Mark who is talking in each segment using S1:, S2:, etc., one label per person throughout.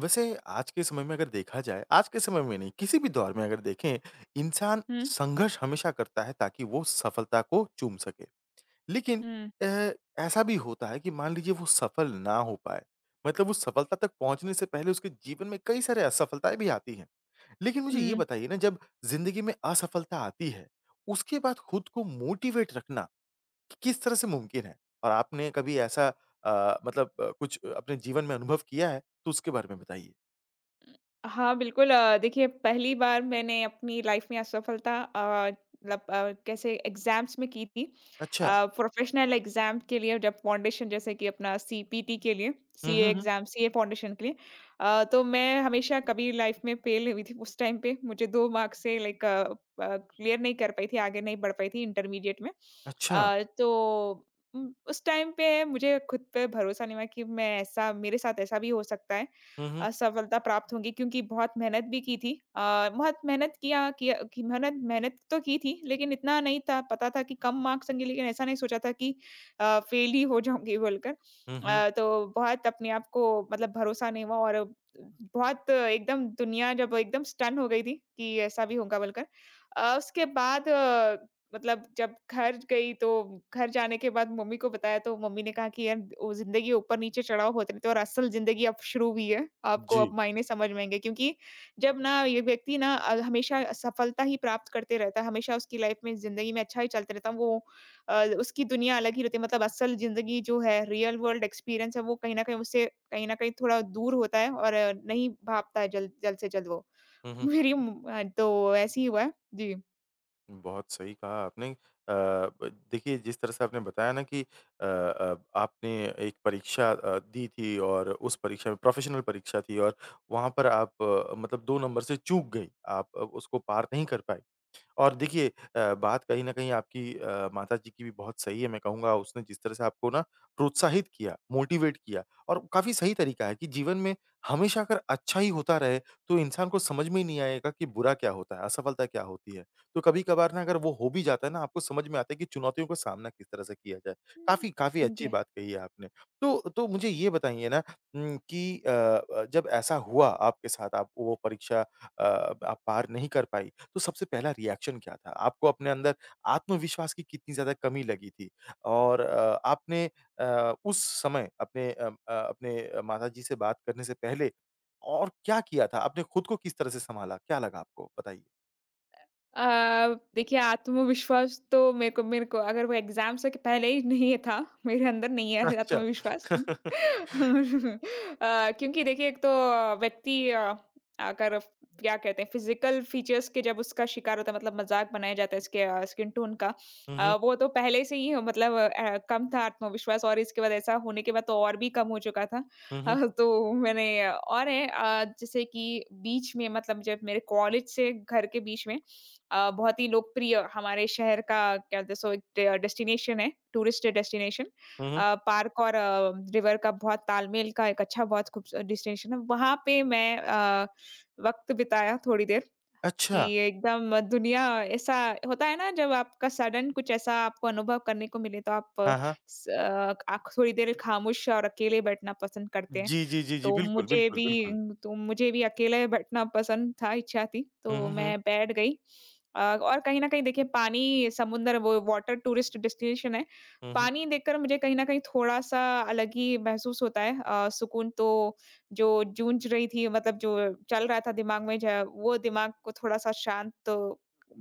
S1: वैसे आज के समय में अगर देखा जाए आज के समय में नहीं, किसी भी दौर में अगर देखें, इंसान
S2: हुँ,
S1: संघर्ष हमेशा करता है ताकि वो सफलता को चूम सके। लेकिन
S2: हुँ,
S1: अ, ऐसा भी होता है कि मान लीजिए वो सफल ना हो पाए, मतलब उस सफलता तक पहुँचने से पहले उसके जीवन में कई सारे असफलताएँ भी आती हैं। लेकिन मुझे ये
S2: हुँ।
S1: बताइए ना जब ज़िंदगी में असफलता आती है, उसके बाद खुद को मोटिवेट रखना कि किस तरह से मुमकिन है? और आपने कभी ऐसा मतलब कुछ अपने जीवन में अनुभव किया है, तो उसके बारे में बताइए?
S2: हाँ, बिल्कुल, देखिए पहली बार मैंने अपनी लाइफ़ में असफलता कैसे एग्ज़ाम्स में की थी।
S1: अच्छा।
S2: प्रोफ़ेशनल एग्ज़ाम के लिए जब फाउंडेशन जैसे कि अपना सीपीटी के लिए,
S1: हुँ,
S2: सीए
S1: हुँ, हुँ।
S2: एग्ज़ाम, सीए फाउंडेशन के लिए। तो मैं हमेशा कभी लाइफ़ में फ़ेल हुई थी उस टाइम पे। मुझे 2 मार्क्स से क्लियर नहीं कर पाई थी, आगे नहीं बढ़ पाई थी इंटरमीडिएट में।
S1: अच्छा।
S2: अ, तो उस टाइम पे मुझे खुद पे भरोसा नहीं हुआ कि मैं ऐसा मेरे साथ ऐसा भी हो सकता है।
S1: हुँ, हुँ।
S2: सफलता प्राप्त होंगी क्योंकि बहुत मेहनत भी की थी। बहुत मेहनत किया किया कि मेहनत मेहनत तो की थी, लेकिन इतना नहीं था पता था कि कम मार्क्स आएँगे लेकिन ऐसा नहीं सोचा था कि फेल ही हो जाऊँगी बोलकर।
S1: हुँ, हुँ।
S2: तो बहुत अपने आप को मतलब भरोसा नहीं हुआ और बहुत एकदम दुनिया जब एकदम स्टन हो गई थी कि ऐसा भी होगा बोलकर। उसके बाद मतलब जब घर गई तो घर जाने के बाद मम्मी को बताया तो मम्मी ने कहा कि यार वो जिंदगी ऊपर नीचे चढ़ाव होते रहते हैं और असल जिंदगी अब शुरू हुई है आपको
S1: जी।
S2: अब मायने समझ में आएंगे क्योंकि जब ना ये व्यक्ति ना हमेशा सफलता ही प्राप्त करते रहता है हमेशा उसकी लाइफ में जिंदगी में अच्छा ही चलते रहता है वो उसकी दुनिया अलग ही रहती है मतलब असल जिंदगी जो है रियल वर्ल्ड एक्सपीरियंस है वो कहीं ना कहीं उससे कहीं ना कहीं थोड़ा दूर होता है और नहीं भापता है जल्द जल्द से जल्द वो
S1: हुँ, हुँ।
S2: तो ऐसे ही हुआ है। जी।
S1: बहुत सही कहा आपने। अ, ब देखिए जिस तरह से आपने बताया ना कि आपने एक परीक्षा दी थी और उस परीक्षा में प्रोफ़ेशनल परीक्षा थी और वहाँ पर आप मतलब 2 नंबर से चूक गई। आप उसको पार नहीं कर पाई। और देखिए बात कहीं न कहीं आपकी माताजी की भी बहुत सही है मैं कहूँगा उसने जिस तरह से आपको ना प्रोत्साहित किया, मोटिवेट किया और काफ़ी सही तरीका है कि जीवन में हमेशा अगर अच्छा ही होता रहे तो इंसान को समझ में ही नहीं आएगा कि बुरा क्या होता है, असफलता क्या होती है। तो कभी-कभार ना अगर वो हो भी जाता है ना आपको समझ में आता है कि चुनौतियों का सामना किस तरह से किया जाए। काफ़ी काफ़ी अच्छी
S2: जी।
S1: बात कही है आपने। तो मुझे ये बताइए ना कि जब ऐसा हुआ आपके साथ आप वो परीक्षा आप पार नहीं कर पाई तो सबसे पहला रिएक्शन क्या था? आपको अपने अंदर आत्मविश्वास की कितनी ज़्यादा कमी लगी थी? और आपने उस समय अपने अपने माताजी से बात करने से पहले और क्या किया था? आपने खुद को किस तरह से सँभाला? क्या लगा आपको? बताइए।
S2: अ, देखिए आत्मविश्वास तो मेरे को अगर वो एग्ज़ाम से के पहले ही नहीं था, मेरे अंदर नहीं है
S1: अच्छा।
S2: आत्मविश्वास। क्योंकि देखिए एक तो व्यक्ति अगर क्या कहते हैं फ़िज़िकल फ़ीचर्स के जब उसका शिकार होता है मतलब मज़ाक बनाया जाता है इसके स्किन टोन का।
S1: हुँ, हुँ।
S2: वो तो पहले से ही कम था आत्मविश्वास और इसके बाद ऐसा होने के बाद तो और भी कम हो चुका था।
S1: हुँ, हुँ।
S2: तो मैंने और है, जैसे कि बीच में मतलब जब मेरे कॉलेज से घर के बीच में बहुत ही लोकप्रिय हमारे शहर का क्या बोलते हैं सो एक डेस्टिनेशन है, टूरिस्ट डेस्टिनेशन।
S1: हुँ, हुँ।
S2: पार्क और रिवर का बहुत तालमेल का एक अच्छा बहुत खूबस डेस्टिनेशन है। वहाँ पे मैं वक़्त बिताया थोड़ी देर कि
S1: अच्छा।
S2: एकदम दुनिया ऐसा होता है ना जब आपका सडन कुछ ऐसा आपको अनुभव करने को मिले तो आप अ,
S1: हाँ, हाँ।
S2: स अ, आप थोड़ी देर खामोश और अकेले बैठना पसंद करते हैं।
S1: जी, जी, जी, जी।
S2: तो
S1: बिल्कुल,
S2: मुझे
S1: बिल्कुल,
S2: भी
S1: बिल्कुल।
S2: तो मुझे भी अकेले बैठना पसंद था, इच्छा थी,
S1: हुँ,
S2: तो
S1: हुँ, हुँ।
S2: मैं बैठ गई। और कहीं न कहीं देखिए पानी समुद्र वो वाटर टूरिस्ट डेस्टिनेशन है।
S1: हुँ, हुँ।
S2: पानी देखकर मुझे कहीं न कहीं थोड़ा-सा अलग ही महसूस होता है। सुकून तो जो जूझ रही थी मतलब जो चल रहा था दिमाग में ज वो दिमाग को थोड़ा-सा शांत तो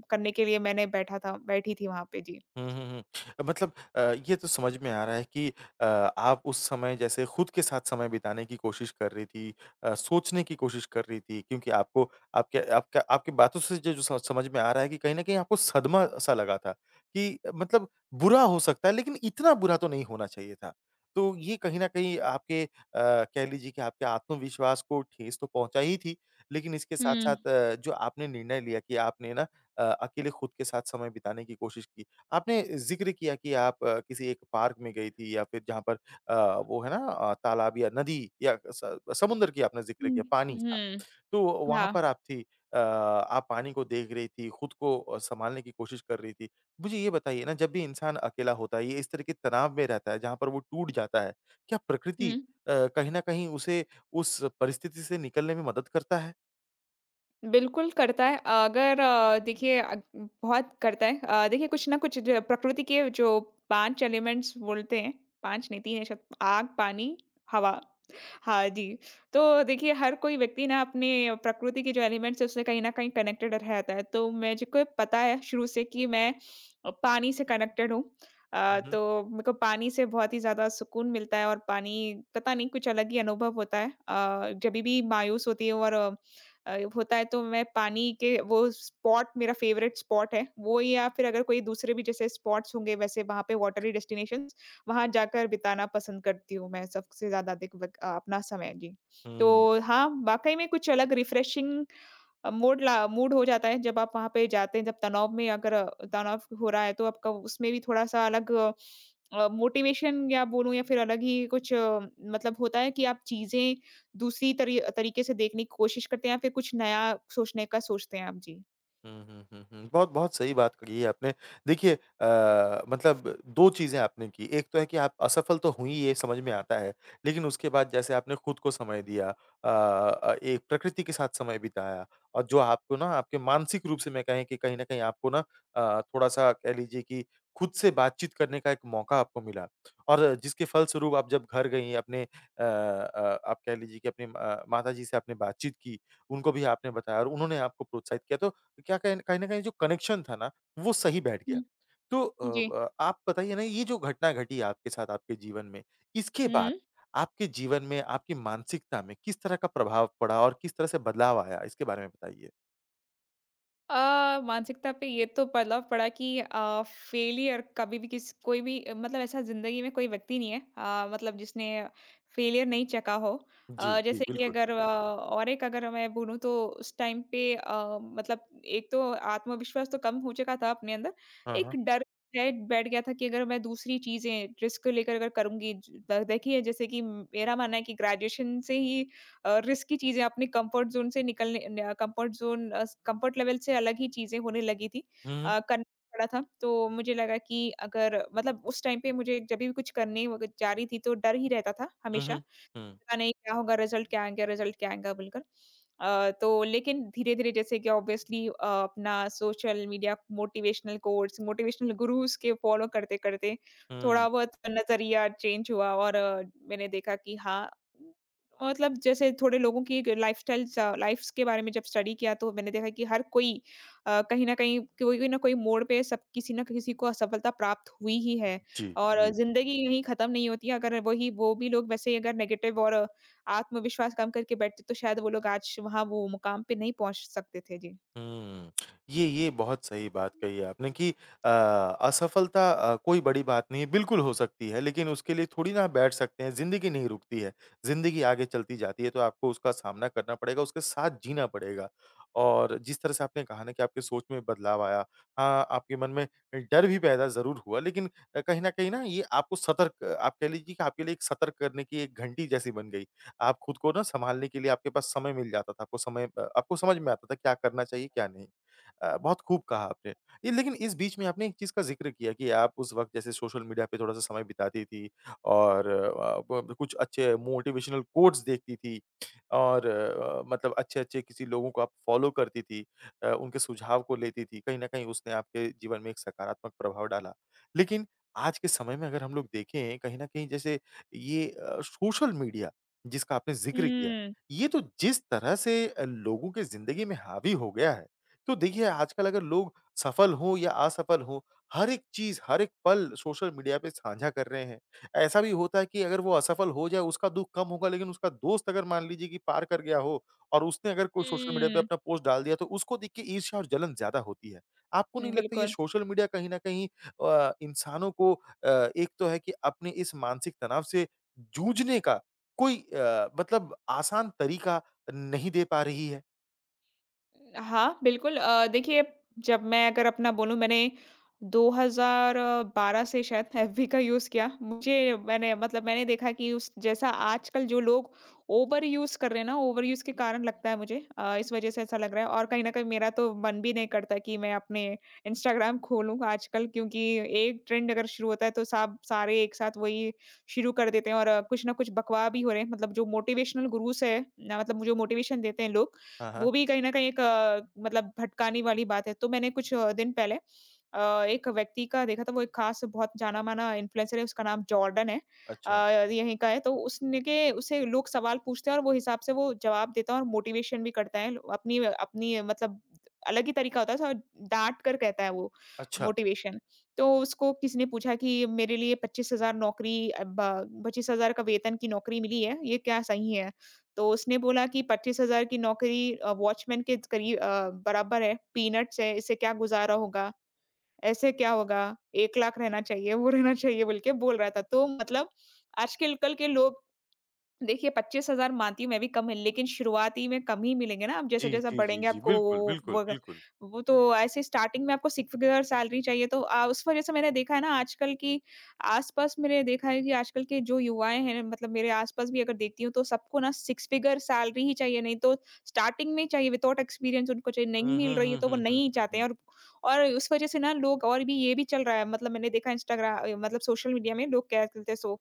S2: करने के लिए मैंने बैठा था बैठी थी वहाँ पे। जी।
S1: हुँ, हुँ, हुँ। मतलब ये तो समझ में आ रहा है कि आप उस समय जैसे खुद के साथ समय बिताने की कोशिश कर रही थी सोचने की कोशिश कर रही थी क्योंकि आपको आपके आपका आपकी बातों से जो जो स समझ में आ रहा है कि कहीं न कहीं आपको सदमा-सा लगा था कि मतलब बुरा हो सकता है लेकिन इतना बुरा तो नहीं होना चाहिए था। तो ये कहीं न कहीं आपके कह लीजिए कि आपके आत्मविश्वास को ठेस तो पहुँचा ही थी, लेकिन इसके
S2: हुँ।
S1: साथ-साथ जो आपने निर्णय लिया कि आपने ना अकेले खुद के साथ समय बिताने की कोशिश की। आपने ज़िक्र किया कि आप किसी एक पार्क में गई थी या फिर जहाँ पर वो है ना तालाब या नदी या स समुद्र की आपने ज़िक्र
S2: हुँ,
S1: किया, पानी था।
S2: हुँ।
S1: तो वहाँ
S2: हाँ।
S1: पर आप थी आप पानी को देख रही थी, खुद को सँभालने की कोशिश कर रही थी। मुझे ये बताइए ना जब भी इंसान अकेला होता है, ये इस तरह के तनाव में रहता है जहाँ पर वो टूट जाता है, क्या प्रकृति
S2: हुँ।
S1: कहीं न कहीं उसे उस परिस्थिति से निकलने में मदद करता है?
S2: बिल्कुल करता है। अगर अ, देखिए बहुत करता है। देखिए कुछ ना कुछ जो प्रकृति के जो 5 एलिमेंट्स बोलते हैं, 5 नहीं 3 है शायद आग, पानी, हवा। हाँ जी। तो देखिए हर कोई व्यक्ति ना अपने प्रकृति के जो एलिमेंट्स है उससे कहीं न कहीं कनेक्टेड रहता है। तो मुझको पता है शुरू से कि मैं पानी से कनेक्टेड हूँ।
S1: हुँ, हुँ।
S2: तो मेरे को पानी से बहुत ही ज़्यादा सुकून मिलता है और पानी पता नहीं कुछ अलग ही अनुभव होता है। जभी भी मायूस होती हूँ और होता है तो मैं पानी के वो स्पॉट मेरा फ़ेवरेट स्पॉट है। वो या फिर अगर कोई दूसरे भी जैसे स्पॉट्स होंगे वैसे वहाँ पे वाटरी डेस्टिनेशन वहाँ जाकर बिताना पसंद करती हूँ मैं सबसे ज़्यादा अधिक वक़्त अपना समय। जी।
S1: हुँ।
S2: तो हाँ, वाक़ई में कुछ अलग रिफ्रेशिंग मूड हो जाता है जब आप वहाँ पे जाते हैं, जब तनाव में अगर अ, तनाव हो रहा है तो आपका उसमें भी थोड़ा-सा अलग मोटिवेशन या बोलूँ या फिर अलग ही कुछ मतलब होता है कि आप चीज़ें दूसरी तरीके से देखने की कोशिश करते हैं या फिर कुछ नया सोचने का सोचते हैं आप? जी।
S1: हुँ, हुँ, हुँ, हुँ। बहुत, बहुत सही बात कही है आपने। देखिए मतलब 2 चीज़ें आपने की। एक तो है कि आप असफल तो हुईं ये समझ में आता है, लेकिन उसके बाद जैसे आपने खुद को समय दिया एक प्रकृति के साथ समय बिताया और जो आपको ना आपके मानसिक रूप से मैं कहें कि कहीं न कहीं आपको ना थोड़ा-सा कह लीजिए कि खुद से बातचीत करने का एक मौका आपको मिला। और जिसके फलस्वरूप आप जब घर गईं अपने आप कह लीजिए कि अपने माताजी से आपने बातचीत की, उनको भी आपने बताया और उन्होंने आपको प्रोत्साहित किया। तो क्या कहीं कहीं न कहीं जो कनेक्शन था ना, वो सही बैठ गया।
S2: हुँ।
S1: तो अ,
S2: जी।
S1: ब आप बताइए ना ये जो घटना घटी आपके साथ आपके जीवन में, इसके बाद
S2: हुँ।
S1: आपके जीवन में, आपकी मानसिकता में किस तरह का प्रभाव पड़ा और किस तरह से बदलाव आया? इसके बारे में बताइए।
S2: मानसिकता पे ये तो प्रभाव पड़ा कि फेलियर कभी भी किसी कोई भी मतलब ऐसा ज़िंदगी में कोई व्यक्ति नहीं है मतलब जिसने फेलियर नहीं चखा हो।
S1: जी, जी,
S2: जैसे कि
S1: बिल्कुल।
S2: अगर अ, और एक अगर मैं बोलूँ तो उस टाइम पे मतलब एक तो आत्मविश्वास तो कम हो चुका था अपने अंदर,
S1: हाँ, हाँ।
S2: एक डर है बैठ गया था कि अगर मैं दूसरी चीज़ें रिस्क लेकर अगर करूँगी ज द देखिए जैसे कि मेरा मानना है कि ग्रेजुएशन से ही रिस्की चीज़ें अपने कंफर्ट ज़ोन से निकलने न कंफर्ट ज़ोन अस कंफर्ट लेवल से अलग ही चीज़ें होने लगी थी।
S1: हुँ, हुँ।
S2: करना पड़ा था, तो मुझे लगा कि अगर मतलब उस टाइम पे मुझे जब भी कुछ करने व जा रही थी, तो डर ही रहता था
S1: हुँ,
S2: हमेशा।
S1: हुँ। हुँ,
S2: पता नहीं क्या होगा रिज़ल्ट क्या आएगा बोलकर। तो लेकिन धीरे-धीरे जैसे कि ऑब्वियसली अपना social media motivational quotes, motivational gurus के फ़ॉलो करते-करते
S1: हुँ।
S2: थोड़ा बहुत नज़रिया चेंज हुआ और मैंने देखा कि हाँ, मतलब जैसे थोड़े लोगों की एक लाइफ़स्टाइल सा लाइफ़्स के बारे में जब स्टडी किया तो मैंने देखा कि हर कोई कहीं न कहीं कोई कोई ना कोई मोड़ पे सब किसी न किसी को असफलता प्राप्त हुई ही है।
S1: जी,
S2: और
S1: जी।
S2: ज़िंदगी यहीं ख़त्म नहीं होती है, अगर वही वो भी लोग वैसे ही अगर नेगेटिव और आत्मविश्वास कम करके बैठते, तो शायद वो लोग आज वहाँ वो मुकाम पे नहीं पहुँच सकते थे। जी।
S1: हुँ। ये बहुत सही बात कही आपने कि असफलता कोई बड़ी बात नहीं है, बिल्कुल हो सकती है, लेकिन उसके लिए थोड़ी ना बैठ सकते हैं, ज़िंदगी नहीं रुकती है। ज़िंदगी आगे चलती जाती है, तो आपको उसका सामना करना पड़ेगा, उसके साथ जीना पड़ेगा। और जिस तरह से आपने कहा ना कि आपकी सोच में बदलाव आया, हाँ, आपके मन में डर भी पैदा ज़रूर हुआ, लेकिन कहीं न कहीं ना ये आपको सतर्क आप कह लीजिए कि आपके लिए एक सतर्क करने की एक घंटी जैसी बन गई। आप खुद को ना सँभालने के लिए आपके पास समय मिल जाता था, आपको समय आपको समझ में आता था क्या करना चाहिए, क्या नहीं। बहुत खूब कहा आपने। ये लेकिन इस बीच में आपने एक चीज़ का ज़िक्र किया कि आप उस वक़्त जैसे सोशल मीडिया पे थोड़ा-सा समय बिताती थी और अ, ब कुछ अच्छे मोटिवेशनल कोट्स देखती थी और मतलब अच्छे-अच्छे किसी लोगों को आप फ़ॉलो करती थी, उनके सुझाव को लेती थी। कहीं न कहीं उसने आपके जीवन में एक सकारात्मक प्रभाव डाला। लेकिन आज के समय में अगर हम लोग देखें, कहीं न कहीं जैसे ये सोशल मीडिया जिसका आपने ज़िक्र किया।
S2: हुँ।
S1: ये तो जिस तरह से लोगों के ज़िंदगी में हावी हो गया है, तो देखिए आजकल अगर लोग सफल हों या असफल हों, हर एक चीज़, हर एक पल सोशल मीडिया पे साझा कर रहे हैं। ऐसा भी होता है कि अगर वो असफल हो जाए उसका दुःख कम होगा लेकिन उसका दोस्त अगर मान लीजिए कि पार कर गया हो और उसने अगर कोई सोशल मीडिया पे
S2: हुँ।
S1: अपना पोस्ट डाल दिया तो उसको देख के ईर्ष्या और जलन ज़्यादा होती है। आपको नहीं लगता ये
S2: बिल्कुल।
S1: सोशल मीडिया कहीं न कहीं इंसानों को एक तो है कि अपने इस मानसिक तनाव से जूझने का कोई मतलब आसान तरीका नहीं दे पा रही है?
S2: हाँ, बिल्कुल, देखिए जब मैं अगर अपना बोलूँ मैंने 2012 से शायद एफबी का यूज़ किया। मुझे मैंने मतलब मैंने देखा कि उस जैसा आजकल जो लोग ओवर यूज़ कर रहे हैं ना, ओवर यूज़ के कारण लगता है मुझे इस वज़ह से ऐसा लग रहा है और कहीं न कहीं मेरा तो मन भी नहीं करता कि मैं अपने इंस्टाग्राम खोलूँ आजकल क्योंकि एक ट्रेंड अगर शुरू होता है तो सब सारे एक साथ वही शुरू कर देते हैं और कुछ ना कुछ बकवा भी हो रहे हैं। मतलब जो मोटिवेशनल गुरुज़ है ना मतलब जो मोटिवेशन देते हैं लोग
S1: हाँ, हाँ।
S2: वो भी कहीं न कहीं एक मतलब भटकाने वाली बात है। तो मैंने कुछ दिन पहले अ, एक व्यक्ति का देखा था, वो एक खास बहुत जाना-माना इन्फ्लुएंसर है, उसका नाम जॉर्डन है। अ,
S1: अच्छा,
S2: यहीं का है, तो उसने के उससे लोग सवाल पूछते हैं और वो हिसाब से वो जवाब देता है और मोटिवेशन भी करता है। अपनी अपनी मतलब अलग ही तरीका होता है, थोड़ा डाँट कर कहता है वो
S1: अच्छा।
S2: मोटिवेशन। तो उसको किसी ने पूछा कि मेरे लिए 25,000 का वेतन की नौकरी मिली है, ये क्या सही है? तो उसने बोला कि 25,000 की नौकरी वॉचमैन के करीब बराबर है, पीनट्स है, इससे क्या गुज़ारा होगा? ऐसे क्या होगा? 1 लाख रहना चाहिए, वो रहना चाहिए बोल के बोल रहा था। तो मतलब आजकल कल के लोग देखिए 25,000 मानती हूँ मैं भी कम है, लेकिन शुरुआती में कम ही मिलेंगे ना, आप
S1: जी,
S2: जैसे-जैसा
S1: जी, जी,
S2: बढ़ेंगे
S1: जी।
S2: आपको
S1: बिल्कुल, बिल्कुल,
S2: वो ग
S1: बिल्कुल।
S2: वो तो ऐसे स्टार्टिंग में आपको सिक्स फिगर सैलरी चाहिए तो उस वजह से मैंने देखा है ना आजकल की आस-पास मैंने देखा है कि आजकल के जो युवाएँ हैं मतलब मेरे आस-पास भी अगर देखती हूँ तो सबको ना सिक्स फिगर सैलरी ही चाहिए, नहीं तो स्टार्टिंग में ही चाहिए विथआउट एक्सपीरियंस उनको चाहिए, नहीं
S1: हुँ, हुँ,
S2: मिल रही है
S1: हुँ,
S2: तो वो
S1: हुँ, हुँ,
S2: नहीं
S1: हुँ,
S2: चाहते हैं।
S1: हुँ।
S2: और उस वजह से ना लोग और भी ये भी चल रहा है मतलब मैंने देखा इंस्टाग्रा अ, मतलब सोशल मीडिया में लोग क्या करते हैं सो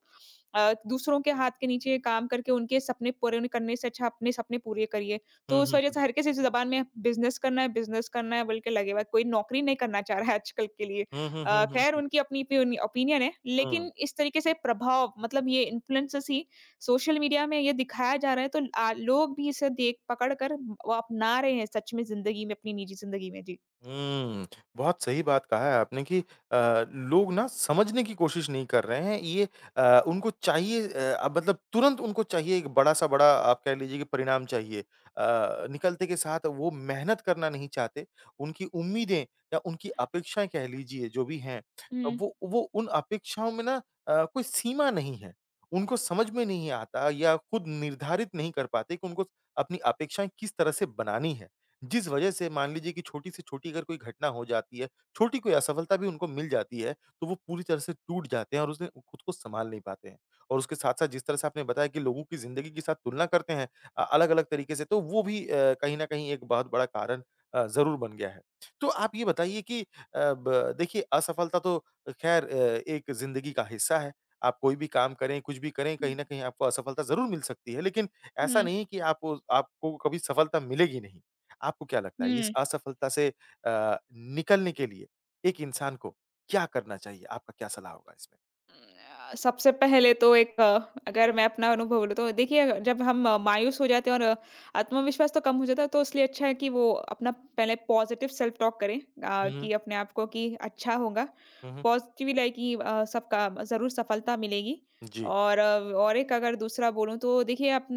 S2: अ, दूसरों के हाथ के नीचे काम करके उनके सपने पूरे करने से अच्छा अपने सपने पूरे करिए।
S1: हुँ,
S2: तो उस
S1: हुँ,
S2: वज़ह से
S1: हुँ।
S2: हर किसी ज़बान में बिज़नेस करना है बोल के लगे हुआ है, कोई नौकरी नहीं करना चाह रहा है आजकल के लिए।
S1: हुँ, हुँ, हुँ, हुँ,
S2: ख़ैर
S1: हुँ,
S2: उनकी अपनी ओपिनियन है,
S1: हुँ।
S2: लेकिन इस तरीके से प्रभाव मतलब ये इन्फ्लुएंसर्स ही सोशल मीडिया में ये दिखाया जा रहा है तो लोग भी इसे देख पकड़ कर वो अपना रहे हैं सच में ज़िंदगी में, अपनी निजी ज़िंदगी में। जी।
S1: हुँ, बहुत सही बात कहा है आपने कि लोग ना समझने की कोशिश नहीं कर रहे हैं। ये उनको चाहिए अब मतलब तुरंत उनको चाहिए एक बड़ा-सा बड़ा आप कह लीजिए कि परिणाम चाहिए। निकलते के साथ वो मेहनत करना नहीं चाहते। उनकी उम्मीदें या उनकी अपेक्षाएँ कह लीजिए जो भी हैं,
S2: हुँ।
S1: वो उन अपेक्षाओं में ना कोई सीमा नहीं है। उनको समझ में नहीं आता या खुद निर्धारित नहीं कर पाते कि उनको अपनी अपेक्षाएँ किस तरह से बनानी है। जिस वजह से मान लीजिए कि छोटी से छोटी अगर कोई घटना हो जाती है, छोटी कोई असफलता भी उनको मिल जाती है, तो वो पूरी तरह से टूट जाते हैं और उसने खुद को सँभाल नहीं पाते हैं। और उसके साथ-साथ जिस तरह से आपने बताया कि लोगों की ज़िंदगी के साथ तुलना करते हैं अलग-अलग तरीके से, तो वो भी कहीं न कहीं एक बहुत बड़ा कारण ज़रूर बन गया है। तो आप ये बताइए कि अ, ब देखिए असफलता तो ख़ैर एक ज़िंदगी का हिस्सा है। आप कोई भी काम करें, कुछ भी करें,
S2: हुँ।
S1: कहीं न कहीं आपको असफलता ज़रूर मिल सकती है, लेकिन ऐसा
S2: हुँ।
S1: नहीं है कि आप आपको कभी सफलता मिलेगी नहीं। आपको क्या लगता है इस
S2: हुँ।
S1: असफलता से निकलने के लिए एक इंसान को क्या करना चाहिए? आपका क्या सलाह होगा इसमें?
S2: सबसे पहले तो एक अगर मैं अपना अनुभव बोलूँ तो देखिए अगर- जब हम मायूस हो जाते हैं और आत्मविश्वास तो कम हो जाता है तो इसलिए अच्छा है कि वो अपना पहले पॉजिटिव सेल्फ टॉक करें,
S1: हुँ,
S2: कि अपने आप को कि अच्छा होगा
S1: हुँ, हुँ,
S2: पॉजिटिव लाइक कि सबका ज़रूर सफलता मिलेगी।
S1: जी।
S2: और और एक अगर दूसरा बोलूँ तो देखिए आप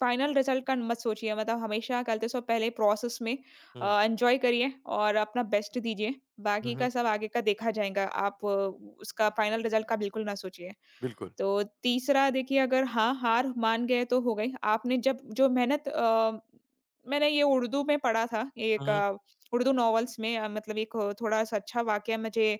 S2: फाइनल रिजल्ट का मत सोचिए मतलब हमेशा करते सो पहले प्रोसेस में
S1: हुँ,
S2: एन्जॉय करिए और अपना बेस्ट दीजिए,
S1: हुँ,
S2: बाकी
S1: हुँ,
S2: का सब आगे का देखा जाएगा। उसका फाइनल रिज़ल्ट का बिल्कुल ना सोचिए।
S1: बिल्कुल।
S2: तो तीसरा देखिए अगर हाँ, हार मान गए तो हो गई। आपने जब जो मैंने ये उर्दू में पढ़ा था एक
S1: हुँ,
S2: उर्दू नॉवेल्स में मतलब एक थोड़ा-सा अच्छा वाक़या मुझे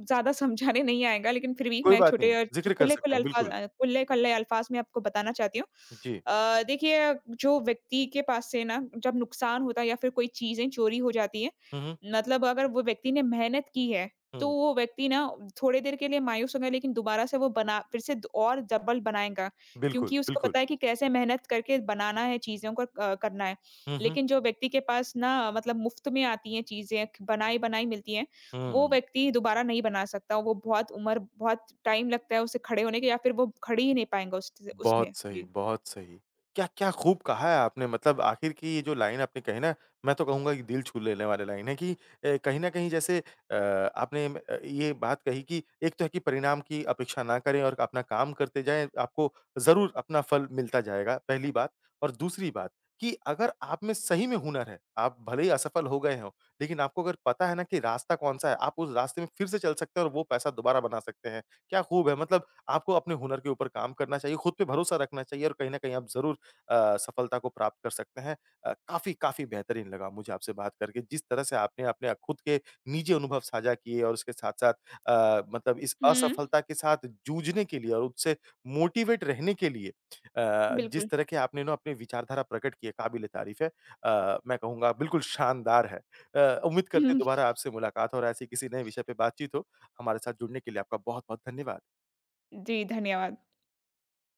S2: ज़्यादा समझाने नहीं आएगा लेकिन फिर भी
S1: कोई
S2: मैं
S1: बात नहीं,
S2: छोटे और जो
S1: ज़िक्र कर सकते हैं, बिल्कुल।
S2: खुले-खुले अल्फ़ाज़ में आपको बताना चाहती हूँ।
S1: जी।
S2: देखिए जो व्यक्ति के पास से ना जब नुकसान होता है या फिर कोई चीज़ें चोरी हो जाती हैं,
S1: हुँ, हुँ,
S2: मतलब अगर वो व्यक्ति ने मेहनत की है तो
S1: हुँ।
S2: वो व्यक्ति ना थोड़ी देर के लिए मायूस होंगे लेकिन दोबारा से वो बना फिर से द और डबल बनाएगा,
S1: बिल्कुल,
S2: क्योंकि उसको
S1: बिल्कुल।
S2: पता है कि कैसे मेहनत करके बनाना है चीज़ों को करना है।
S1: हुँ, हुँ,
S2: लेकिन जो व्यक्ति के पास ना मतलब मुफ्त में आती हैं चीज़ें बनाई-बनाई मिलती हैं, वो
S1: हुँ।
S2: व्यक्ति दोबारा नहीं बना सकता। वो बहुत टाइम लगता है उसे खड़े होने के या फिर वो खड़ी ही नहीं पाएँगा उस उसमें।
S1: बहुत सही,
S2: जी।
S1: बहुत सही। क्या-क्या खूब कहा है आपने मतलब आखिर की ये जो लाइन आपने कही ना, मैं तो कहूँगा कि दिल छू लेने वाली लाइन है कि कहीं न कहीं जैसे अ, ये बात कही कि एक तो है कि परिणाम की अपेक्षा ना करें और अपना काम करते जाएँ, आपको ज़रूर अपना फल मिलता जाएगा, पहली बात। और दूसरी बात कि अगर आप में सही में हुनर है, आप भले ही असफल हो गए हों, लेकिन आपको अगर पता है ना कि रास्ता कौन-सा है, आप उस रास्ते में फिर से चल सकते हैं और वो पैसा दोबारा बना सकते हैं। क्या खूब है मतलब आपको अपने हुनर के ऊपर काम करना चाहिए, खुद पे भरोसा रखना चाहिए और कहीं न कहीं आप ज़रूर सफलता को प्राप्त कर सकते हैं। काफ़ी, काफ़ी बेहतरीन लगा मुझे आपसे बात करके, जिस तरह से आपने अपने खुद के निजी अनुभव साझा किए और उसके साथ-साथ मतलब इस
S2: हुँ,
S1: असफलता के साथ जूझने के लिए और उससे मोटिवेट रहने के लिए जिस
S2: बिल्कुल।
S1: तरह के आपने ना अपनी विचारधारा प्रकट की है, काबिल-ए-तारीफ़ है। मैं कहूँगा बिल्कुल शानदार है। उम्मीद करते हैं
S2: हुँ,
S1: दोबारा आपसे मुलाकात हो और ऐसी किसी नए विषय पे बातचीत हो। हमारे साथ जुड़ने के लिए आपका बहुत-बहुत धन्यवाद।
S2: जी, धन्यवाद।